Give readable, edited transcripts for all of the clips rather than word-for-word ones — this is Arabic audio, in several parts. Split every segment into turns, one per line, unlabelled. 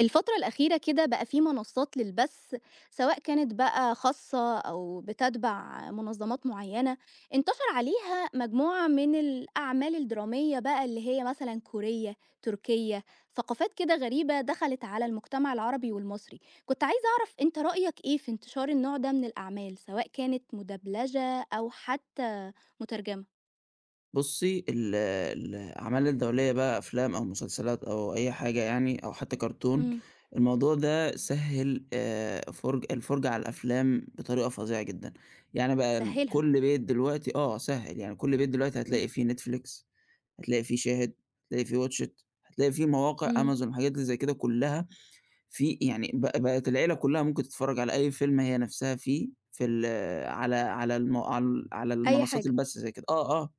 الفترة الأخيرة كده بقى في منصات للبث سواء كانت بقى خاصة أو بتتبع منظمات معينة انتشر عليها مجموعة من الأعمال الدرامية بقى اللي هي مثلا كورية تركية. ثقافات كده غريبة دخلت على المجتمع العربي والمصري. كنت عايزة أعرف أنت رأيك إيه في انتشار النوع ده من الأعمال سواء كانت مدبلجة أو حتى مترجمة.
بُصّي، الأعمال الدولية بقى أفلام أو مسلسلات أو أي حاجة يعني أو حتى كرتون،
امم
الموضوع ده سهِّل فرج الفرجة على الأفلام بطريقة فظيعة جدًا، يعني بقى
سهلها.
كل بيت دلوقتي آه سهِّل، يعني كل بيت دلوقتي هتلاقي
امم
فيه Netflix، هتلاقي فيه شاهد، هتلاقي فيه watch it، هتلاقي فيه مواقع
امم
Amazon الحاجات اللي زي كده كلّها في يعني بقت العيلة كلّها ممكن تتفرّج على أي فيلم هي نَفْسها فيه في ال على على الم عل على
اي
المنصات
حاجه.
البث زي كده، آه، آه.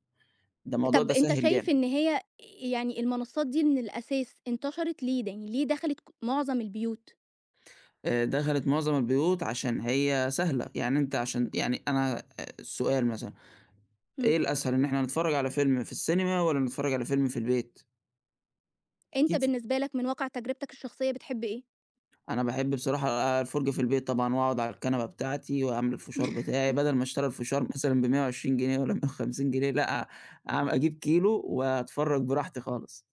ده الموضوع
طب
ده
أنت
سهِّل
شايف
جامد.
إن هي يعني المنصات دي من الأساس انتشرت ليه، ده يعني ليه دخلت ك معظم البيوت؟
دخلِت معظم البيوت عشان هي سهلة، يعني أنت عشان يعني أنا سؤال مثلًا،
إمم،
إيه الأسهل إن إحنا نتفرّج على فيلم في السينما والّا نتفرّج على فيلم في البيت؟
أنت
أكيد
بالنسبة لك من واقع تجربتك الشخصية بتحب إيه؟
أنا باحب بصراحة الفُرجة في البيت طبعًا وأقعد على الكنبة بتاعتي وأعمل الفشار بتاعي، بدل ما أشتري الفشار مثلًا ب120 جنيه والّا ب150 جنيه لأ، أجيب كيلو وأتفرّج براحتي خالص.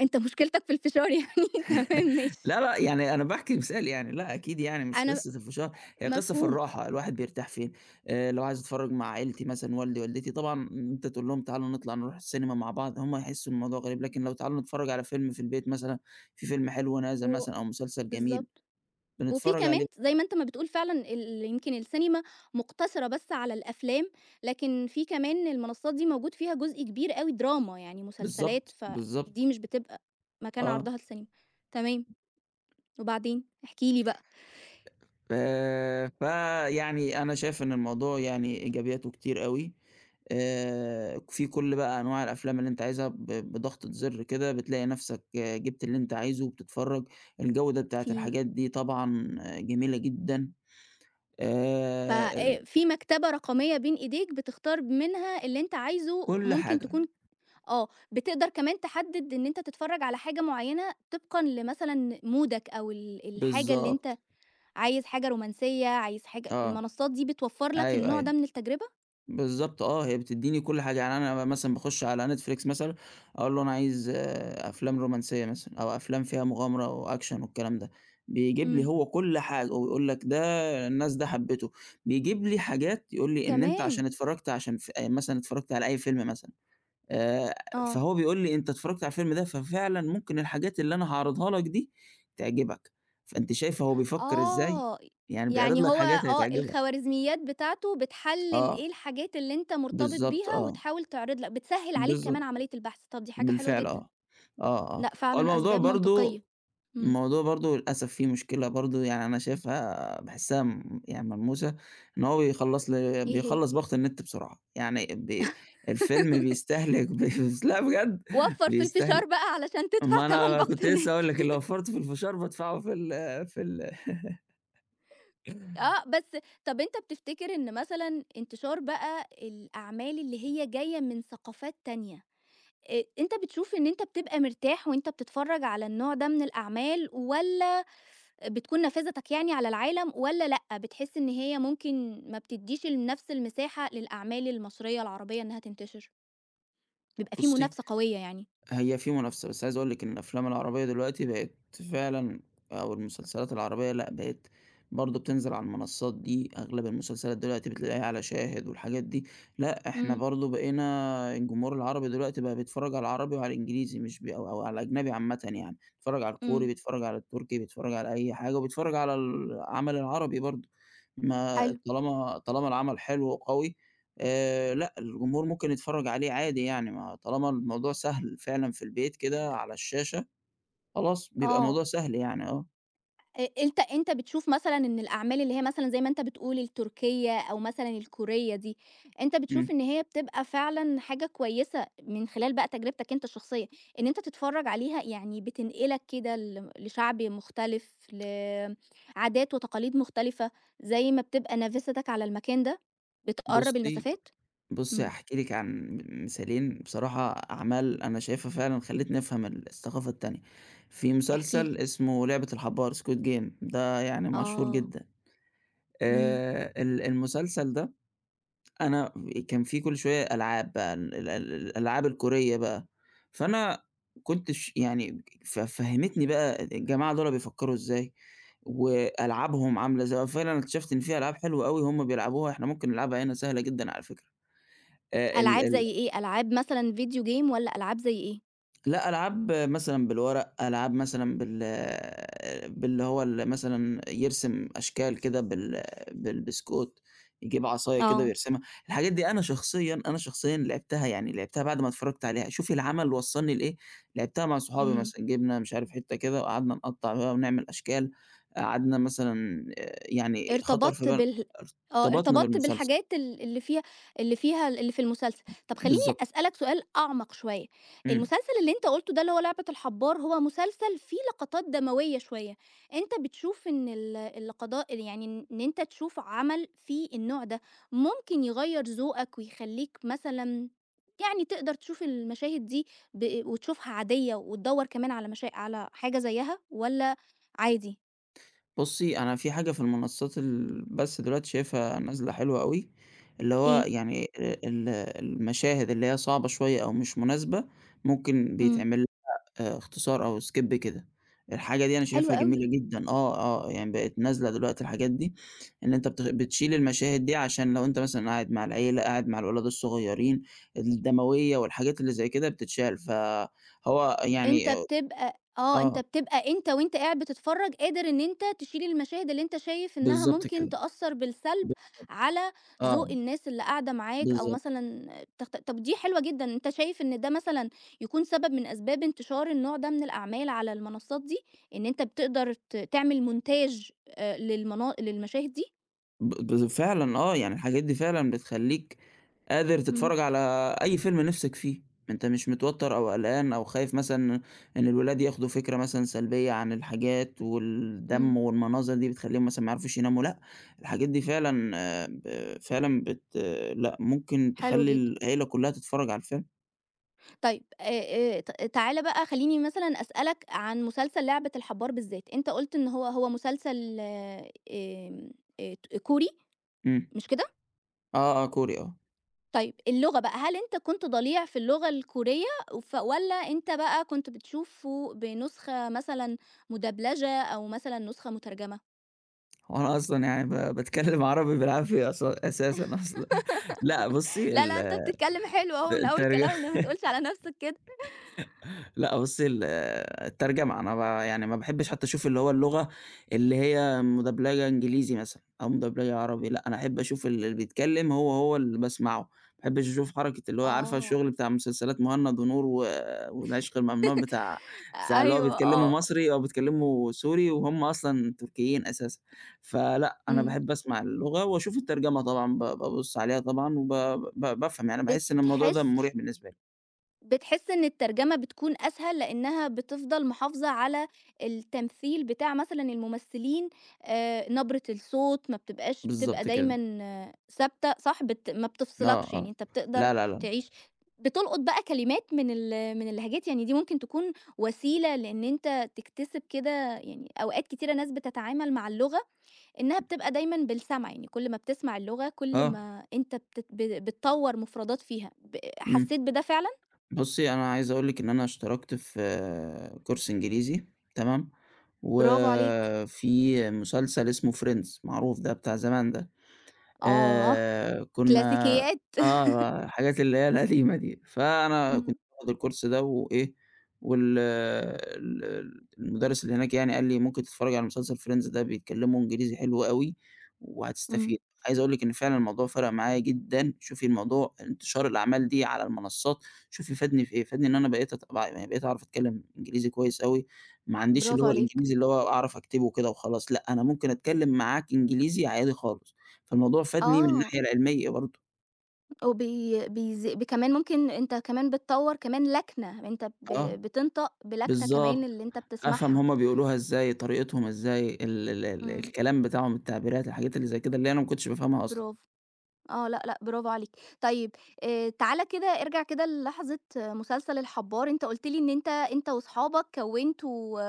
أنت مشكلتك في الفشار يعني تمام ماشي.
لا، لأ، يعني أنا باحكي مثال يعني، لأ أكيد يعني مش
أنا
قصة الفشار، هي قصة في
مفهوم.
الراحة، الواحد بيرتاح فين. لو عايز أتفرّج مع عيلتي مثلًا والدي، والدتي، طبعًا أنت تقول لهم تعالوا نطلع نروح السينما مع بعض، هم هيحسّوا الموضوع غريب، لكن لو تعالوا نتفرّج على فيلم في البيت مثلًا، في فيلم حلو نازل
و
مثلًا أو مسلسل جميل
بالضبط. وفي
بنتفرّج
كمان
عليه.
زي ما أنت ما بتقول فعلًا، ال يمكن السينما مقتصرة بس على الأفلام، لكن في كمان المنصات دي موجود فيها جزء كبير أوي دراما، يعني مسلسلات،
بالضبط،
فدي
بالضبط،
مش بتبقى مكان
آه.
عرضها السينما. تمام. وبعدين؟ احكِ لي بقى.
فيعني أنا شايف إن الموضوع يعني إيجابياته كتير أوي. في كل بقى أنواع الأفلام اللي أنت عايزها بضغطة زر كده بتلاقي نفْسك آه، جِبت اللي أنت عايزه وبتتفرّج. الجودة بتاعة
في
الحاجات دي طبعًا آه، جميلة جدًا.
ف
ال
في مكتبة رقمية بين إيديك بتختار منها اللي أنت عايزه،
كل
ممكن
حاجة،
تكون بتقدر كمان تحدد إن أنت تتفرّج على حاجة معيّنة طبقًا لمثلًا مودك أو الحاجة اللي
بالضبط،
أنت عايز حاجة رومانسية، عايز حاجة،
آه،
المنصات دي بتوفّر لك
أيوه،
النوع ده
أيوه.
من التجربة؟
بالضبط آه، هي بتدّيني كل حاجة، يعني أنا مثلًا باخُش على Netflix مثلًا، أقول له أنا عايز آه، أفلام رومانسية مثلًا أو أفلام فيها مغامرة وأكشن والكلام ده، بيجيب لي
إمم،
هو كل حاجة ويقول لك ده الناس ده حبّته، بيجيب لي حاجات يقول لي إن أنت
كمان!
عشان اتفرّجت عشان ف آه، مثلًا اتفرّجت على أي فيلم مثلًا. آآ،
آه.
فهو بيقول لي أنت اتفرّجت على الفيلم ده، ففعلًا ممكن الحاجات اللي أنا هاعرضها لك دي تعجبك، فأنت شايف هو بيفكّر إزاي؟
آه،
يعني بيعرض
يعني
لك
هو
حاجات هتعجبك.
الخوارزميات بتاعته بتحلل
آه،
إيه الحاجات اللي أنت مرتبط
بالضبط
بيها
آه،
وتحاول تعرض لك، بتسهّل عليك
بالضبط.
كمان عملية البحث، طب دي حاجة حلوة
بالفعل
جدًا.
آه، آه، آه.
لأ
هو
فعلًا
الموضوع
أسباب
برضه
منطقية. إمم،
الموضوع برضه للأسف فيه مشكلة برضه يعني أنا شايفها باحسها يعني ملموسة، إن هو
إيه هي؟
بيخلّص باقة النت بسرعة، يعني بي الفيلم بيستهلك لأ بجد
وفّر في الفشار
بيستهلك.
بقى علشان تدفع
ما
تمن
أنا كنت
باقة
لسه
النت.
هاقول لك اللي وفّرته في الفشار بادفعه في ال في ال
آه، بس طب أنت بتفتكر إن مثلًا انتشار بقى الأعمال اللي هي جاية من ثقافات تانية، أنت بتشوف إن أنت بتبقى مرتاح وأنت بتتفرّج على النوع ده من الأعمال، والّا بتكون نافذتك يعني على العالم، والّا لأ، بتحس إن هي ممكن ما بتدّيش نفس المساحة للأعمال المصرية العربية إنها تنتشر؟ بيبقى في
بُصّي،
منافسة قوية يعني.
هي في منافسة، بس عايز أقول لِك إن الأفلام العربية دلوقتي بقت فعلًا أو المسلسلات العربية لأ، بقت برضه بتنزل على المنصات دي، أغلب المسلسلات دلوقتي بتلاقيها على شاهد والحاجات دي. لأ إحنا
إمم،
برضه بقينا الجمهور العربي دلوقتي بقى بيتفرّج على العربي وعلى الإنجليزي مش بي أو أو على الأجنبي عامةً يعني، بيتفرّج على الكوري،
إمم،
بيتفرّج على التركي، بيتفرّج على أي حاجة وبيتفرّج على العمل العربي برضه. ما
حلو.
طالما العمل حلو وقوي، لأ، الجمهور ممكن يتفرّج عليه عادي يعني، ما طالما الموضوع سهل فعلًا في البيت كده على الشاشة، خلاص بيبقى
آه.
الموضوع سهل يعني آه.
أ أنت أنت بتشوف مثلًا إن الأعمال اللي هي مثلًا زي ما أنت بتقول التركية أو مثلًا الكورية دي، أنت
إمم.
بتشوف إن هي بتبقى فعلًا حاجة كويسة من خلال بقى تجربتك أنت الشخصية، إن أنت تتفرّج عليها، يعني بتنقلك كده لشعب مختلف، لعادات وتقاليد مختلفة، زي ما بتبقى نافذتك على المكان ده، بتقرّب
بُصّي،
المسافات؟
بُصّي
إمم،
هاحكي لِك عن مثالين بصراحة أعمال أنا شايفها فعلًا خلّتني أفهم الثقافة التانية. في
احكِ لي.
مسلسل اسمه لعبة الحبّار Squid Game ده يعني مشهور
آه.
جدًا.
إمم،
ال المسلسل ده أنا كان في كل شوية ألعاب بقى ال ال الألعاب الكورية بقى. فأنا كنت ش يعني ف فهّمتني بقى الجماعة دُول بيفكّروا إزاي، وألعابهم عاملة إزاي، وفعلًا اكتشفت إن في ألعاب حلوة أوي هُم بيلعبوها إحنا ممكن نلعبها هنا سهلة جدًا على فكرة. ال
ألعاب
ال
زي إيه؟ ألعاب مثلًا فيديو game والّا ألعاب زي إيه؟
لأ، ألعاب مثلًا بالورق، ألعاب مثلًا بال باللي هو ال مثلًا يرسم أشكال كده بالبسكوت، يجيب عصاية كده
آه.
ويرسمها. الحاجات دي أنا شخصيًا أنا شخصيًا لعبتها يعني لعبتها بعد ما اتفرّجت عليها، شوف العمل وصّلني لإيه، لعبتها مع صحابي
إمم.
مثلًا، جِبنا مش عارف حتّة كده وقعدنا نقطّع بقى ونعمل أشكال. قعدنا مثلًا آه، يعني خطر في
ارتبطت
بالنا
بال آه،
ارتبطنا
ارتبطت
بالمسلسل،
بالحاجات اللي فيها، اللي فيها اللي في المسلسل. طب خلّيني
بالضبط.
أسألك سؤال أعمق شوية.
إمم.
المسلسل اللي أنت قُلته ده اللي هو لعبة الحبّار، هو مسلسل فيه لقطات دموية شوية، أنت بتشوف إن اللقضاء يعني إن أنت تشوف عمل فيه النوع ده، ممكن يغيّر ذوقك ويخلّيك مثلًا، يعني تقدر تشوف المشاهد دي، وتشوفها عادية وتدوّر كمان على على حاجة زيّها، والّا عادي؟
بُصّي، أنا في حاجة في المنصات بس دلوقتي شايفها نازلة حلوة أوي، اللي هو
إيه؟
يعني ال المشاهد اللي هي صعبة شوية أو مش مناسبة، ممكن
إمم،
بيتعمل لها آه، اختصار أو skip كده، الحاجة دي أنا
حلو
شايفها جميلة
أوي.
جدًا آه، آه، يعني بقت نازلة دلوقتي الحاجات دي، إن أنت بتشيل المشاهد دي عشان لو أنت مثلًا قاعد مع العيلة، قاعد مع الولاد الصغيرين، الدموية والحاجات اللي زي كده بتتشال، فهو
أنت
يعني
بتبقى آه، أنت
آه،
بتبقى أنت وأنت قاعد بتتفرّج قادر إن أنت تشيل المشاهد اللي أنت شايف إنها
بالضبط
ممكن
كده،
تأثّر بالسلب
ب
على
آه،
ذوق الناس اللي قاعدة معاك أو
بالضبط.
مثلًا طب دي حلوة جدًا. أنت شايف إن ده مثلًا يكون سبب من أسباب انتشار النوع ده من الأعمال على المنصات دي؟ إن أنت بتقدر تعمل مونتاج للمشاهد دي؟
ب ب فعلًا آه، يعني الحاجات دي فعلًا بتخلّيك قادر
إمم،
تتفرّج على أي فيلم نِفْسك فيه، أنت مش متوتّر أو قلقان أو خايف مثلًا إن الولاد ياخدوا فكرة مثلًا سلبية عن الحاجات
إمم،
والدَم والمناظر دي بتخلّيهم مثلًا ما يعرفوش يناموا، لأ. الحاجات دي فعلًا آه، ب فعلًا بت آه، لأ، ممكن
حلو
تخلّي
جدًا.
العيلة كُلّها تتفرّج على الفيلم.
طيب ت تعالَ بقى خلّيني مثلًا أسألك عن مسلسل لعبة الحبّار بالذات، أنت قُلت إن هو مسلسل ت كوري،
إمم.
مش كده؟
آه، آه، كوري آه.
طيب اللغة بقى، هل أنت كنت ضليع في اللغة الكورية والّا أنت بقى كنت بتشوفه بنسخة مثلًا مدبلجة أو مثلًا نسخة مترجمة؟
هو أنا أصلًا يعني باتكلّم عربي بالعافية أساسًا أصلًا. لأ بُصّي
لا،
ال
لا، أنت بتتكلم حلو أهو من أول
الترج
كلامنا، ما تقولش على نفسك كده.
لأ بُصّي الترجمة، أنا يعني ما باحبّش حتى أشوف اللي هو اللغة اللي هي مدبلجة إنجليزي مثلًا أو مدبلجة عربي، لأ أنا أحب أشوف اللي بيتكلّم هو، هو اللي باسمعه، ما أحبّش أشوف حركة اللي هو عارفة
آه.
الشغل بتاع مسلسلات مُهند ونور و والعشق الممنوع بتاع بتاع اللي هو
أيوه،
بيتكلّموا
آه.
مصري أو بيتكلّموا سوري وهُم أصلًا تركيين أساسًا. فلأ أنا
إمم.
باحب أسمع اللغة وأشوف الترجمة طبعًا، بابُص عليها طبعًا وب ب بافهم، يعني باحس إن الموضوع ده
بتحس
مُريح بالنسبة لي.
بتحس إن الترجمة بتكون أسهل لإنها بتفضل محافظة على التمثيل بتاع مثلًا الممثلين، نبرة الصوت ما بتبقاش، بتبقى
بالضبط كده.
دايمًا ثابتة، صح؟ ما
آه،
بتفصلكش، يعني
آه.
أنت بتقدر
لا، لا، لا،
تعيش، بتلقط بقى كلمات من من اللهجات، يعني دي ممكن تكون وسيلة لإن أنت تكتسب كده، يعني أوقات كتيرة ناس بتتعامل مع اللغة إنها بتبقى دايمًا بالسمع، يعني كل ما بتسمع اللغة كل
آه،
ما أنت بتطوّر مفردات فيها.
إمم.
حسيت بده فعلًا؟
بُصّي، أنا عايز أقول لِك إن أنا اشتركت في آه، كورس إنجليزي تمام،
برافو عليك.
وفي مسلسل اسمه Friends معروف ده بتاع زمان ده.
آه،
كنا
كلاسيكيات.
آه، الحاجات اللي هي القديمة دي، فأنا كنت
إمم،
باخد الكورس ده وإيه، وال ال ال المدرس اللي هناك يعني قال لي: "ممكن تتفرّج على مسلسل Friends ده بيتكلّموا إنجليزي حلو أوي
إمم،
وهتستفيد." عايز أقول لِك إن فعلًا الموضوع فرَق معايا جدًا، شوفي الموضوع انتشار الأعمال دي على المنصّات، شوفي فادني في إيه، فادني إن أنا بقيت أت بع يعني بقيت أعرف أتكلّم إنجليزي كويس أوي، ما عنديش اللي
برافو
هو
عليك.
الإنجليزي اللي هو أعرف أكتبه كده وخلاص، لأ، أنا ممكن أتكلّم معاك إنجليزي عادي خالص. فالموضوع فادني من
آه،
الناحية العلمية برضه،
كمان ممكن أنت كمان بتطوّر كمان لكنة، أنت
آه،
بتنطق بلكنة كمان
بالضبط،
اللي أنت
أفهم
بتسمعها.
هُم بيقولوها إزاي، طريقتهم إزاي، ال ال ال
إمم،
الكلام بتاعهم، التعبيرات، الحاجات اللي زي كده اللي أنا ما كنتش بافهمها أصلًا.
برافو. آه، لأ، لأ، برافو عليك. طيب تعالَ كده ارجع كده للحظة آه، مسلسل الحبّار، أنت قُلت لي إن أنت، أنت وأصحابك كوّنتوا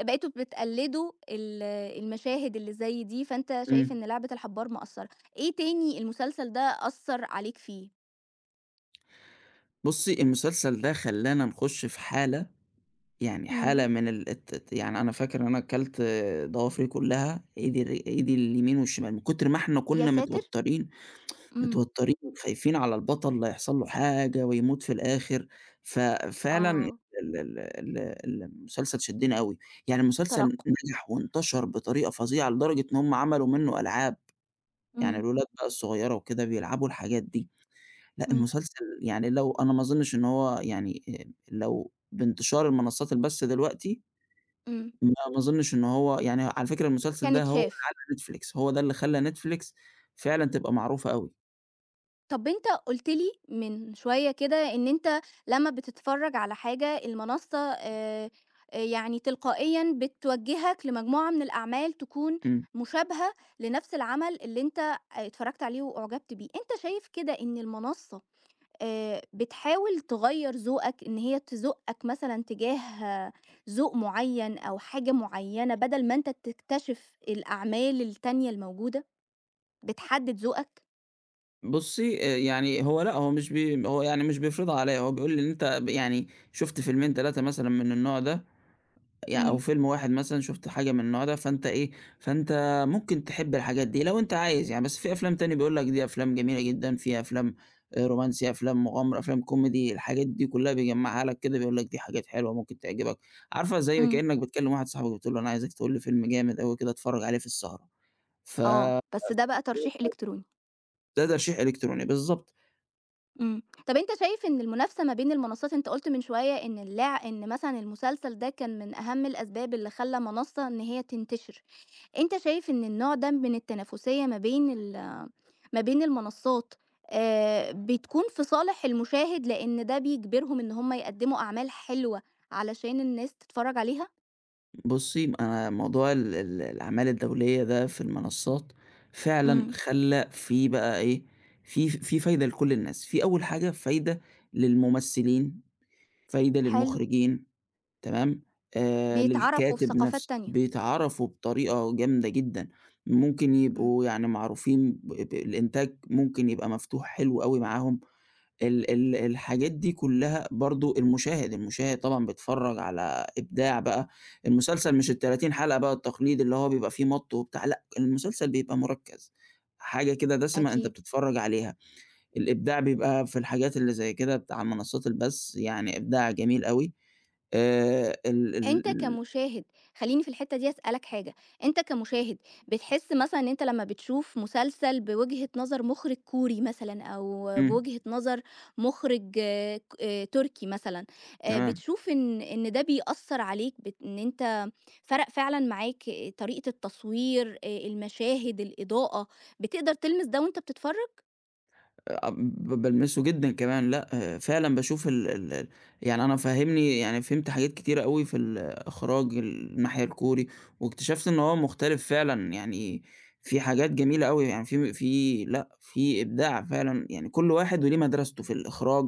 بقيتوا بتقلّدوا المشاهد اللي زي دي، فأنت شايف
إمم.
إن لعبة الحبّار مأثّرة. إيه تاني المسلسل ده أثّر عليك فيه؟
بُصّي المسلسل ده خلّانا نخش في حالة، يعني
إمم.
حالة من ال الت ت يعني أنا فاكر إن أنا كلت ضوافري كلّها، إيدي اليمين والشمال، من كتر ما إحنا
يا
كنا
ساتر!
متوترين
إمم.
متوترين وخايفين على البطل لا يحصل له حاجة ويموت في الآخر. ففعلًا ال
آه،
ال ال ال المسلسل شدّني أوي، يعني المسلسل
ترقُّب.
نجح وانتشر بطريقة فظيعة لدرجة إن هم عملوا منه ألعاب، يعني
إمم،
الولاد بقى الصغيّرة وكده بيلعبوا الحاجات دي. لأ
إمم.
المسلسل يعني لو أنا ما أظنش إن هو يعني لو بانتشار المنصات البث دلوقتي
إمم.
ما أظنش إن هو يعني على فكرة المسلسل
كان
ده هو اللي
اتشاف.
علّى Netflix هو ده اللي خلّى Netflix فعلًا تبقى معروفة أوي.
طب أنت قُلت لي من شوية كده إن أنت لمّا بتتفرّج على حاجة، المنصة يعني تلقائيًا بتوجّهك لمجموعة من الأعمال تكون
إمم.
مشابهة لنفس العمل اللي أنت اتفرّجت عليه وأُعجبت بيه، أنت شايف كده إن المنصة بتحاول تغيّر ذوقك، إن هي تزُقّك مثلًا تجاه آه، ذوق معيّن أو حاجة معيّنة بدل ما أنت تكتشف الأعمال التانية الموجودة، بتحدد ذوقك؟
بُصّي، يعني هو لأ، هو يعني مش بيفرضها عليّا، هو بيقول لي إن أنت يعني شُفت فيلمين 3 مثلًا من النوع ده، أو
إمم،
فيلم واحد مثلًا شُفت حاجة من النوع ده، فأنت إيه، فأنت ممكن تحب الحاجات دي لو أنت عايز يعني، بس في أفلام تاني بيقول لك دي أفلام جميلة جدًا، في أفلام رومانسي، أفلام مغامرة، أفلام كوميدي، الحاجات دي كلّها بيجمّعها لك كده، بيقول لك دي حاجات حلوة ممكن تعجبك، عارفة زي
إمم.
كإنّك بتكلّم واحد صاحبك بتقول له أنا عايزك تقول لي فيلم جامد أوي كده أتفرّج عليه في السهرة. ف
آه، بس ده بقى ترشيح إلكتروني.
ده ترشيح إلكتروني، بالضبط.
إمم. طَب أنت شايف إن المنافسة ما بين المنصّات، أنت قُلت من شوية إن إن مثلًا المسلسل ده كان من أهم الأسباب اللي خلّى منصّة إن هي تنتشر. أنت شايف إن النوع ده من التنافسية ما بين المنصّات بتكون في صالح المشاهد، لإن ده بيجبرهم إن هم يقدّموا أعمال حلوة علشان الناس تتفرّج عليها؟
بُصّي، أنا موضوع ال ال الأعمال الدولية ده في المنصات فعلًا
إمم،
خلّى في بقى إيه، في فايدة لكل الناس، في أول حاجة فايدة للممثلين، فايدة
حلو.
للمخرجين تمام.
بيتعرفوا في
للكاتب
ثقافات
نفسه،
تانية.
بيتعرفوا بطريقة جامدة جدًا، ممكن
إمم،
يبقوا يعني معروفين ب ب الإنتاج ممكن يبقى مفتوح حلو أوي معاهم. ال ال الحاجات دي كلّها برضه المشاهد، المشاهد طبعًا بيتفرّج على إبداع بقى، المسلسل مش ال30 حلقة بقى التقليدي اللي هو بيبقى فيه مَط وبتاع، لأ، المسلسل بيبقى مركّز، حاجة كده دسمة أنت
أكيد.
بتتفرّج عليها، الإبداع بيبقى في الحاجات اللي زي كده بتاع منصات البث، يعني إبداع جميل أوي. ال ال
أنت
ال
كمشاهد، خلّيني في الحتّة دي أسألك حاجة، أنت كمشاهد بتحس مثلًا إن أنت لمّا بتشوف مسلسل بوجهة نظر مُخرِج كوري مثلًا أو
إمم،
بوجهة نظر مُخرِج آه، ك تركي مثلًا،
تمام.
بتشوف إن ده بيأثّر عليك، إن أنت فرَق فعلًا معاك طريقة التصوير، المشاهد، الإضاءة، بتقدر تلمِس ده وأنت بتتفرّج؟
أ ب بالمسه جدًا كمان، لأ آه، فعلًا باشوف ال ال ال يعني أنا فهّمني يعني فهمت حاجات كتيرة أوي في الإخراج الناحية الكوري، واكتشفت إن هو مختلف فعلًا، يعني في حاجات جميلة أوي، يعني في في لأ في إبداع فعلًا، يعني كل واحد وليه مدرسته في الإخراج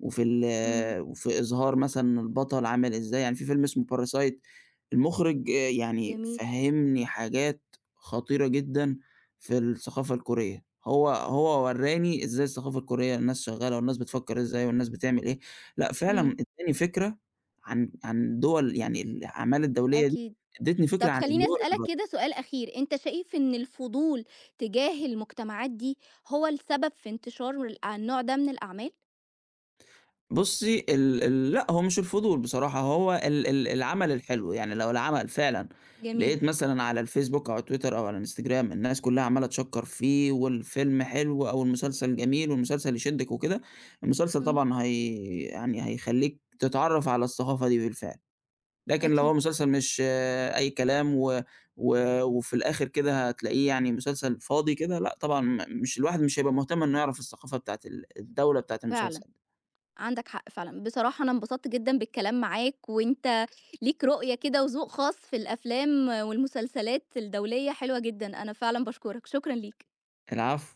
وفي ال
إمم،
وفي إظهار مثلًا البطل عامل إزاي، يعني في فيلم اسمه Parasite المُخرج آه، يعني
جميل.
فهّمني حاجات خطيرة جدًا في الثقافة الكورية، هو ورّاني إزاي الثقافة الكورية الناس شغّالة والناس بتفكّر إزاي والناس بتعمل إيه، لأ فعلًا
إمم،
ادّاني فكرة عن دول يعني الأعمال الدولية دي،
أكيد.
ادّتني فكرة
طب
عن
خلّيني
الدول اللي
أسألك
بره.
كده سؤال أخير، أنت شايف إن الفضول تجاه المجتمعات دي هو السبب في انتشار النوع ده من الأعمال؟
بُصّي ال ال لأ، هو مش الفضول بصراحة، هو ال ال العمل الحلو، يعني لو العمل فعلًا
جميل.
لقيت مثلًا على الفيسبوك أو على تويتر أو على الإنستجرام الناس كلّها عمّالة تشكّر فيه والفيلم حلو أو المسلسل جميل والمسلسل يشدِّك وكده، المسلسل
إمم،
طبعًا هي يعني هيخلّيك تتعرّف على الثقافة دي بالفعل، لكن لو هو
أكيد.
مسلسل مش آه، أي كلام و وفي الآخر كده هتلاقيه يعني مسلسل فاضي كده، لأ طبعًا مش الواحد مش هيبقى مهتم إنه يعرف الثقافة بتاعة الدولة بتاعة
فعلًا،
المسلسل.
عندك حق فعلًا، بصراحة أنا انبسطت جدًا بالكلام معاك، وأنت ليك رؤية كده وذوق خاص في الأفلام والمسلسلات الدولية، حلوة جدًا، أنا فعلًا باشكرك، شكرًا ليك.
العفو.